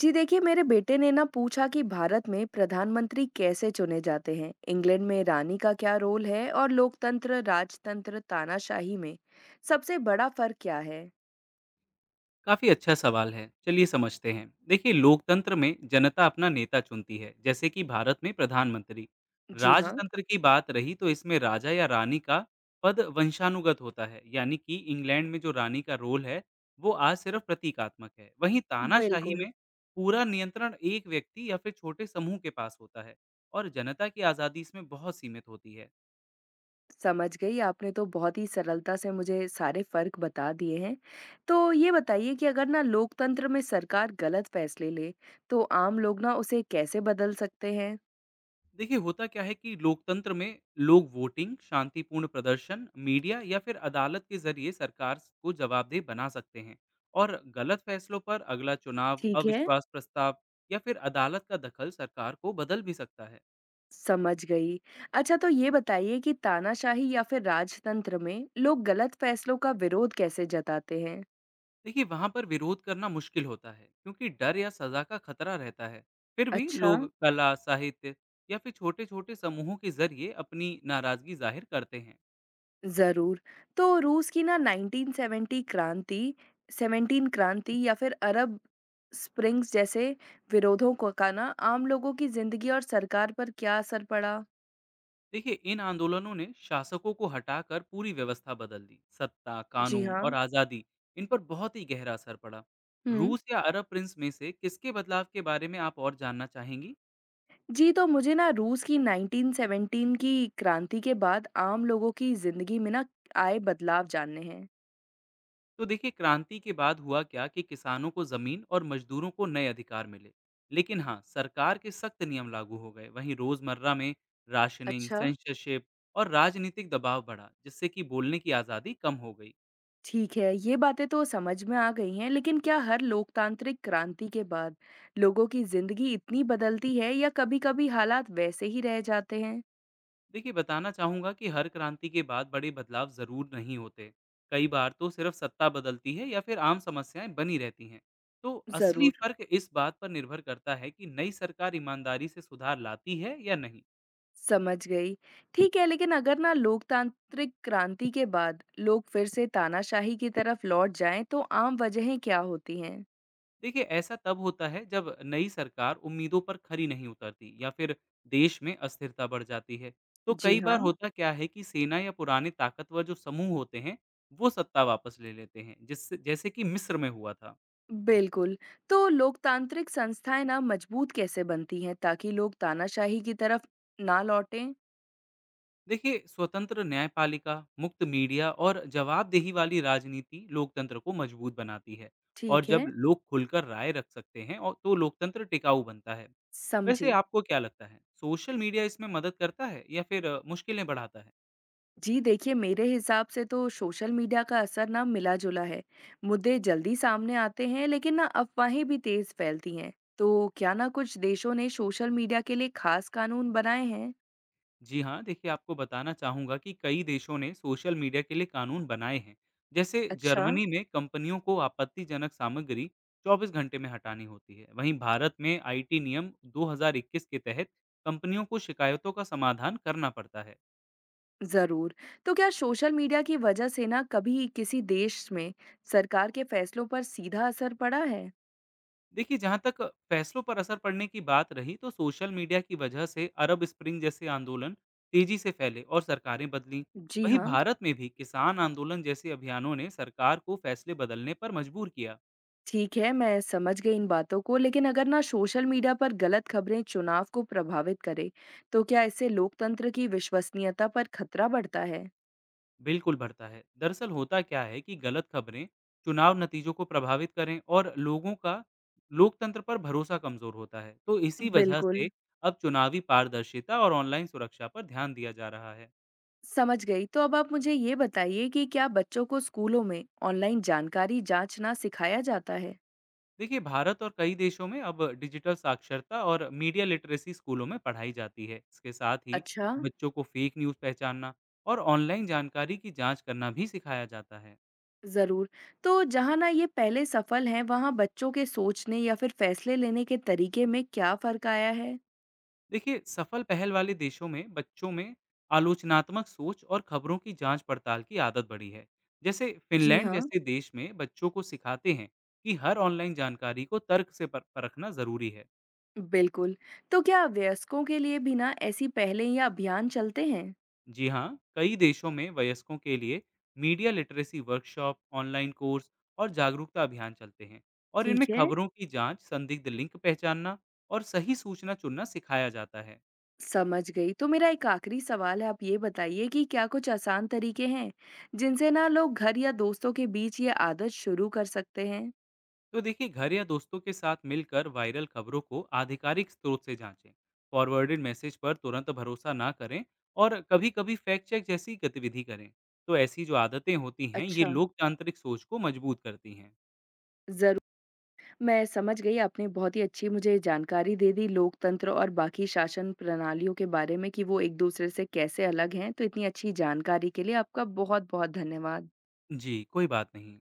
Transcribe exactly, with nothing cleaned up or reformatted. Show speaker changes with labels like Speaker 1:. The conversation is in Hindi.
Speaker 1: जी, देखिए मेरे बेटे ने ना पूछा कि भारत में प्रधानमंत्री कैसे चुने जाते हैं, इंग्लैंड में रानी का क्या रोल है और लोकतंत्र, राजतंत्र, तानाशाही में सबसे बड़ा फर्क क्या है।
Speaker 2: काफी अच्छा सवाल है, चलिए समझते हैं। देखिए लोकतंत्र में जनता अपना नेता चुनती है, जैसे कि भारत में प्रधानमंत्री।
Speaker 1: जी हाँ।
Speaker 2: राजतंत्र की बात रही तो इसमें राजा या रानी का पद वंशानुगत होता है, यानी कि इंग्लैंड में जो रानी का रोल है वो आज सिर्फ प्रतीकात्मक है। वहीं तानाशाही
Speaker 1: बिल्कुल।
Speaker 2: में पूरा नियंत्रण एक व्यक्ति या फिर छोटे समूह के पास होता है, और जनता की आज़ादी इसमें बहुत सीमित होती है।
Speaker 1: समझ गई, आपने तो बहुत ही सरलता से मुझे सारे फर्क बता दिए हैं। तो ये बताइए कि अगर ना लोकतंत्र में सरकार गलत फैसले ले तो आम लोग ना उसे कैसे बदल सकते हैं।
Speaker 2: देखिए होता क्या है कि लोकतंत्र में लोग वोटिंग, शांतिपूर्ण प्रदर्शन, मीडिया या फिर अदालत के जरिए सरकार को जवाबदेह बना सकते हैं, और गलत फैसलों पर अगला चुनाव,
Speaker 1: ठीक है।
Speaker 2: अविश्वास प्रस्ताव या फिर अदालत का दखल सरकार को बदल भी सकता है।
Speaker 1: समझ गई। अच्छा, तो ये बताइए कि तानाशाही या फिर राजतंत्र में लोग गलत फैसलों का विरोध कैसे जताते हैं?
Speaker 2: देखिए वहां पर विरोध करना मुश्किल होता है, क्योंकि डर या सजा का खतरा रहता है। फिर भी
Speaker 1: अच्छा।
Speaker 2: लोग कला, साहित्य या फिर छोटे-छोटे समूहों के जरिए अपनी नाराजगी जाहिर करते हैं।
Speaker 1: ज़रूर। तो रूस की ना नाइन्टीन सेवन्टी क्रांति, सेवन्टीन क्रांति या फिर अरब स्प्रिंग्स जैसे विरोधों को का ना आम लोगों की ज़िंदगी और सरकार पर क्या असर पड़ा?
Speaker 2: देखिए इन आंदोलनों ने शासकों को हटाकर पूरी व्यवस्था बदल दी। सत्ता,
Speaker 1: जी
Speaker 2: कानून और
Speaker 1: हाँ।
Speaker 2: आज़ादी इन पर बहुत ही गहरा असर पड़ा।
Speaker 1: हुँ।
Speaker 2: रूस या अरब प्रिंस में से किसके बदलाव के बारे में आप और जानना चाहेंगी?
Speaker 1: जी, तो मुझे ना रूस की नाइन्टीन सेवन्टीन की क्रांति के बाद आम लोगों की ज़िंदगी में ना आए बदलाव जानने हैं।
Speaker 2: तो देखिए क्रांति के बाद हुआ क्या कि किसानों को जमीन और मजदूरों को नए अधिकार मिले, लेकिन हाँ सरकार के सख्त नियम लागू हो गए। वहीं रोजमर्रा में राशनिंग,
Speaker 1: अच्छा।
Speaker 2: सेंसरशिप और राजनीतिक दबाव बढ़ा, जिससे कि बोलने की आज़ादी कम हो गई।
Speaker 1: ठीक है, ये बातें तो समझ में आ गई हैं, लेकिन क्या हर लोकतांत्रिक क्रांति के बाद लोगों की जिंदगी इतनी बदलती है या कभी-कभी हालात वैसे ही रह जाते हैं?
Speaker 2: देखिए बताना चाहूँगा कि हर क्रांति के बाद बड़े बदलाव ज़रूर नहीं होते। कई बार तो सिर्फ सत्ता बदलती है या फिर आम समस्याएं बनी रहती हैं। तो असली
Speaker 1: ज़रूर।
Speaker 2: फर्क इस बात पर निर्भर करता है कि नई सरकार ईमानदारी से सुधार लाती है या नहीं।
Speaker 1: समझ गई। ठीक है, लेकिन अगर ना लोकतांत्रिक क्रांति के बाद लोग फिर से तानाशाही की तरफ लौट जाएं, तो आम वजहें क्या होती हैं?
Speaker 2: देखिए ऐसा तब होता है जब नई सरकार उम्मीदों पर खरी नहीं उतरती या फिर देश में अस्थिरता बढ़ जाती है। तो
Speaker 1: जी
Speaker 2: कई बार
Speaker 1: हाँ।
Speaker 2: होता क्या है कि सेना या पुराने ताकतवर जो समूह होते हैं, वो सत्ता वापस ले लेते हैं, जिससे जैसे कि मिस्र में हुआ था।
Speaker 1: बिल्कुल। तो लोकतांत्रिक संस्थाएं ना मजबूत कैसे बनती हैं ताकि लोग तानाशाही की तरफ ना लौटें?
Speaker 2: देखिए स्वतंत्र न्यायपालिका, मुक्त मीडिया और जवाबदेही वाली राजनीति लोकतंत्र को मजबूत बनाती है। और
Speaker 1: ठीक
Speaker 2: जब
Speaker 1: है।
Speaker 2: लोग खुलकर राय रख सकते हैं और तो लोकतंत्र टिकाऊ बनता है।
Speaker 1: समझी।
Speaker 2: वैसे आपको क्या लगता है, सोशल मीडिया इसमें मदद करता है या फिर अ, मुश्किलें बढ़ाता है?
Speaker 1: जी, देखिए मेरे हिसाब से तो सोशल मीडिया का असर ना मिला-जुला है। मुद्दे जल्दी सामने आते हैं लेकिन ना अफवाहें भी तेज फैलती हैं। तो क्या ना कुछ देशों ने सोशल मीडिया के लिए खास कानून बनाए हैं?
Speaker 2: जी हाँ, देखिए आपको बताना चाहूँगा कि कई देशों ने सोशल मीडिया के लिए कानून बनाए हैं। जैसे
Speaker 1: अच्छा।
Speaker 2: जर्मनी में कंपनियों को आपत्तिजनक सामग्री चौबीस घंटे में हटानी होती है। वहीं भारत में आईटी नियम दो हज़ार इक्कीस के तहत कंपनियों को शिकायतों का समाधान करना पड़ता है।
Speaker 1: ज़रूर। तो क्या सोशल मीडिया की वजह से ना कभी किसी देश में सरकार के फैसलों पर सीधा असर पड़ा है?
Speaker 2: देखिए जहाँ तक फैसलों पर असर पड़ने की बात रही, तो सोशल मीडिया की वजह से अरब स्प्रिंग जैसे आंदोलन तेजी से फैले और सरकारें बदलीं।
Speaker 1: जी
Speaker 2: वहीं
Speaker 1: हाँ।
Speaker 2: भारत में भी किसान आंदोलन जैसे अभियानों ने सरकार को फैसले बदलने पर मजबूर किया।
Speaker 1: ठीक है, मैं समझ गई इन बातों को, लेकिन अगर ना सोशल मीडिया पर गलत खबरें चुनाव को प्रभावित करें, तो क्या इससे लोकतंत्र की विश्वसनीयता पर खतरा बढ़ता है?
Speaker 2: बिल्कुल बढ़ता है। दरअसल होता क्या है कि गलत खबरें चुनाव नतीजों को प्रभावित करें, और लोगों का लोकतंत्र पर भरोसा कमजोर होता है। तो इसी वजह
Speaker 1: बिल्कुल।
Speaker 2: से अब चुनावी पारदर्शिता और ऑनलाइन सुरक्षा पर ध्यान दिया जा रहा है।
Speaker 1: समझ गई। तो अब आप मुझे ये बताइए कि क्या बच्चों को स्कूलों में ऑनलाइन जानकारी जांचना सिखाया जाता है?
Speaker 2: देखिए भारत और कई देशों में अब डिजिटल साक्षरता और मीडिया लिटरेसी स्कूलों में पढ़ाई जाती है। इसके साथ ही
Speaker 1: अच्छा।
Speaker 2: बच्चों को फेक न्यूज़ पहचानना और ऑनलाइन जानकारी की जांच करना भी सिखाया जाता है।
Speaker 1: जरूर। तो जहाँ ना ये पहले सफल हैं, वहाँ बच्चों के सोचने या फिर फैसले लेने के तरीके में क्या फर्क आया है?
Speaker 2: देखिए सफल पहल वाले देशों में बच्चों में आलोचनात्मक सोच और खबरों की जांच पड़ताल की आदत बढ़ी है। जैसे
Speaker 1: जी
Speaker 2: फिनलैंड
Speaker 1: हाँ।
Speaker 2: जैसे देश में बच्चों को सिखाते हैं कि हर ऑनलाइन जानकारी को तर्क से पर- परखना जरूरी है।
Speaker 1: बिल्कुल। तो क्या वयस्कों के लिए भी ना ऐसी पहलें या अभियान चलते हैं?
Speaker 2: जी हाँ, कई देशों में वयस्कों के लिए media literacy workshop, online course और जागरूकता अभियान चलते हैं, और इनमें
Speaker 1: ठीक है।
Speaker 2: खबरों की जांच, संदिग्ध लिंक पहचानना और सही सूचना चुनना सिखाया जाता है।
Speaker 1: समझ गई। तो मेरा एक आखिरी सवाल है, आप ये बताइए कि क्या कुछ आसान तरीके हैं, जिनसे ना लोग घर या दोस्तों के बीच ये आदत शुरू कर सकते हैं?
Speaker 2: तो देखिए घर या दोस्तों के साथ मिलकर वायरल खबरों को आधिकारिक स्रोत से जांचें, फॉरवर्डेड मैसेज पर तुरंत भरोसा ना करें, और कभी कभी फैक्ट चेक जैसी गतिविधि करें। तो ऐसी जो आदतें होती हैं ये
Speaker 1: अच्छा।
Speaker 2: लोकतांत्रिक सोच को मजबूत करती हैं।
Speaker 1: ज़रूर, मैं समझ गई। आपने बहुत ही अच्छी मुझे जानकारी दे दी लोकतंत्र और बाकी शासन प्रणालियों के बारे में कि वो एक दूसरे से कैसे अलग हैं। तो इतनी अच्छी जानकारी के लिए आपका बहुत-बहुत धन्यवाद।
Speaker 2: जी कोई बात नहीं।